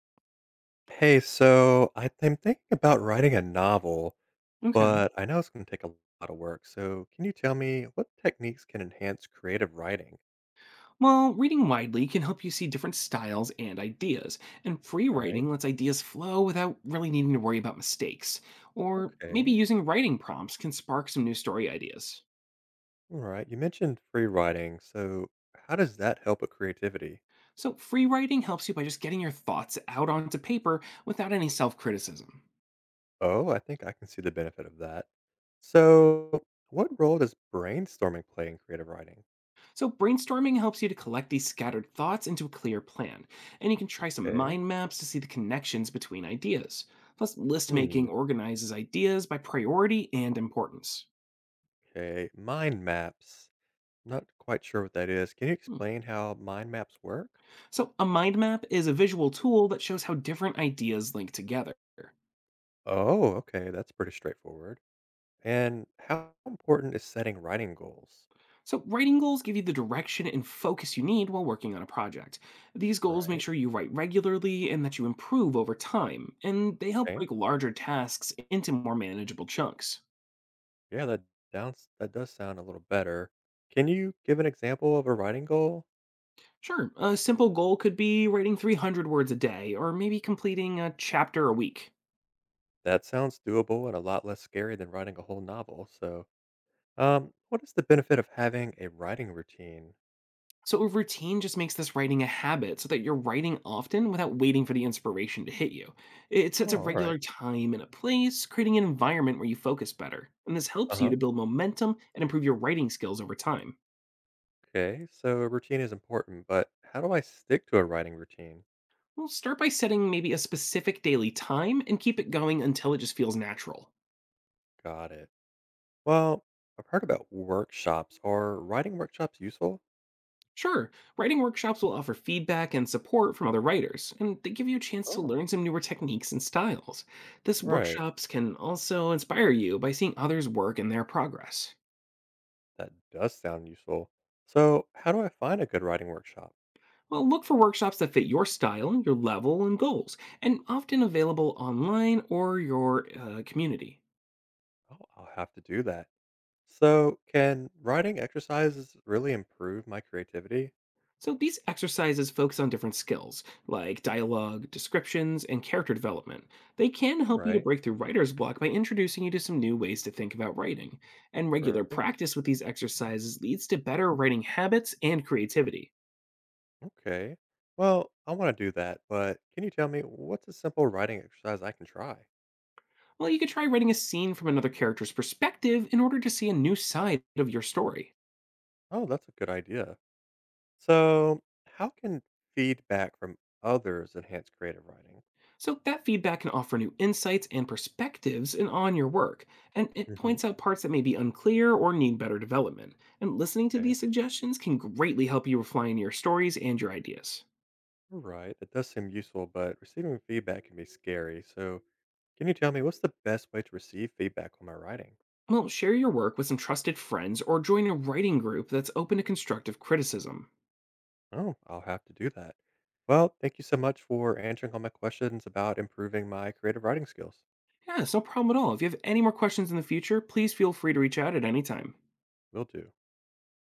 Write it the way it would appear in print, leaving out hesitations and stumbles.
Hey, so I'm thinking about writing a novel, Okay. but I know it's going to take a lot of work. So, can you tell me what techniques can enhance creative writing? Well, reading widely can help you see different styles and ideas, and free Right. writing lets ideas flow without really needing to worry about mistakes. Or maybe Okay. using writing prompts can spark some new story ideas. All right. You mentioned free writing. So, how does that help with creativity? So, free writing helps you by just getting your thoughts out onto paper without any self criticism. Oh, I think I can see the benefit of that. So, what role does brainstorming play in creative writing? So, brainstorming helps you to collect these scattered thoughts into a clear plan, and you can try some Okay. mind maps to see the connections between ideas. Plus, list making Hmm. organizes ideas by priority and importance. Okay. Mind maps. Not quite sure what that is. Can you Hmm. explain how mind maps work? So, a mind map is a visual tool that shows how different ideas link together. Oh, okay, that's pretty straightforward. And how important is setting writing goals? So, writing goals give you the direction and focus you need while working on a project. These goals make Right. sure you write regularly and that you improve over time, and they help Okay. break larger tasks into more manageable chunks. Yeah, that does sound a little better. Can you give an example of a writing goal? Sure, a simple goal could be writing 300 words a day or maybe completing a chapter a week. That sounds doable and a lot less scary than writing a whole novel. So, what is the benefit of having a writing routine? So a routine just makes this writing a habit so that you're writing often without waiting for the inspiration to hit you. It sets a Oh, all right. regular time and a place, creating an environment where you focus better. And this helps you Uh-huh. to build momentum and improve your writing skills over time. Okay. So, a routine is important, but how do I stick to a writing routine? Well, start by setting maybe a specific daily time and keep it going until it just feels natural. Got it. Well, I've heard about workshops. Are writing workshops useful? Sure, writing workshops will offer feedback and support from other writers, and they give you a chance to Oh, learn some newer techniques and styles. This right. workshops can also inspire you by seeing others' work and their progress. That does sound useful. So, how do I find a good writing workshop? Well, look for workshops that fit your style, your level, and goals, and often available online or your community. Oh, I'll have to do that. So, can writing exercises really improve my creativity? So these exercises focus on different skills, like dialogue, descriptions, and character development. They can All help you to right. break through writer's block by introducing you to some new ways to think about writing. And regular Great. practice with these exercises leads to better writing habits and creativity. Okay. Well, I want to do that, but can you tell me what's a simple writing exercise I can try? Well, you could try writing a scene from another character's perspective in order to see a new side of your story. Oh, that's a good idea. So, how can feedback from others enhance creative writing? So, that feedback can offer new insights and perspectives in, on your work, and it Hmm. points out parts that may be unclear or need better development. And listening to these suggestions can greatly help you refine your stories and your ideas. You're right. It does seem useful, but receiving feedback can be scary. So, can you tell me what's the best way to receive feedback on my writing? Well, share your work with some trusted friends or join a writing group that's open to constructive criticism. Oh, I'll have to do that. Well, thank you so much for answering all my questions about improving my creative writing skills. Yeah, it's no problem at all. If you have any more questions in the future, please feel free to reach out at any time. Will do.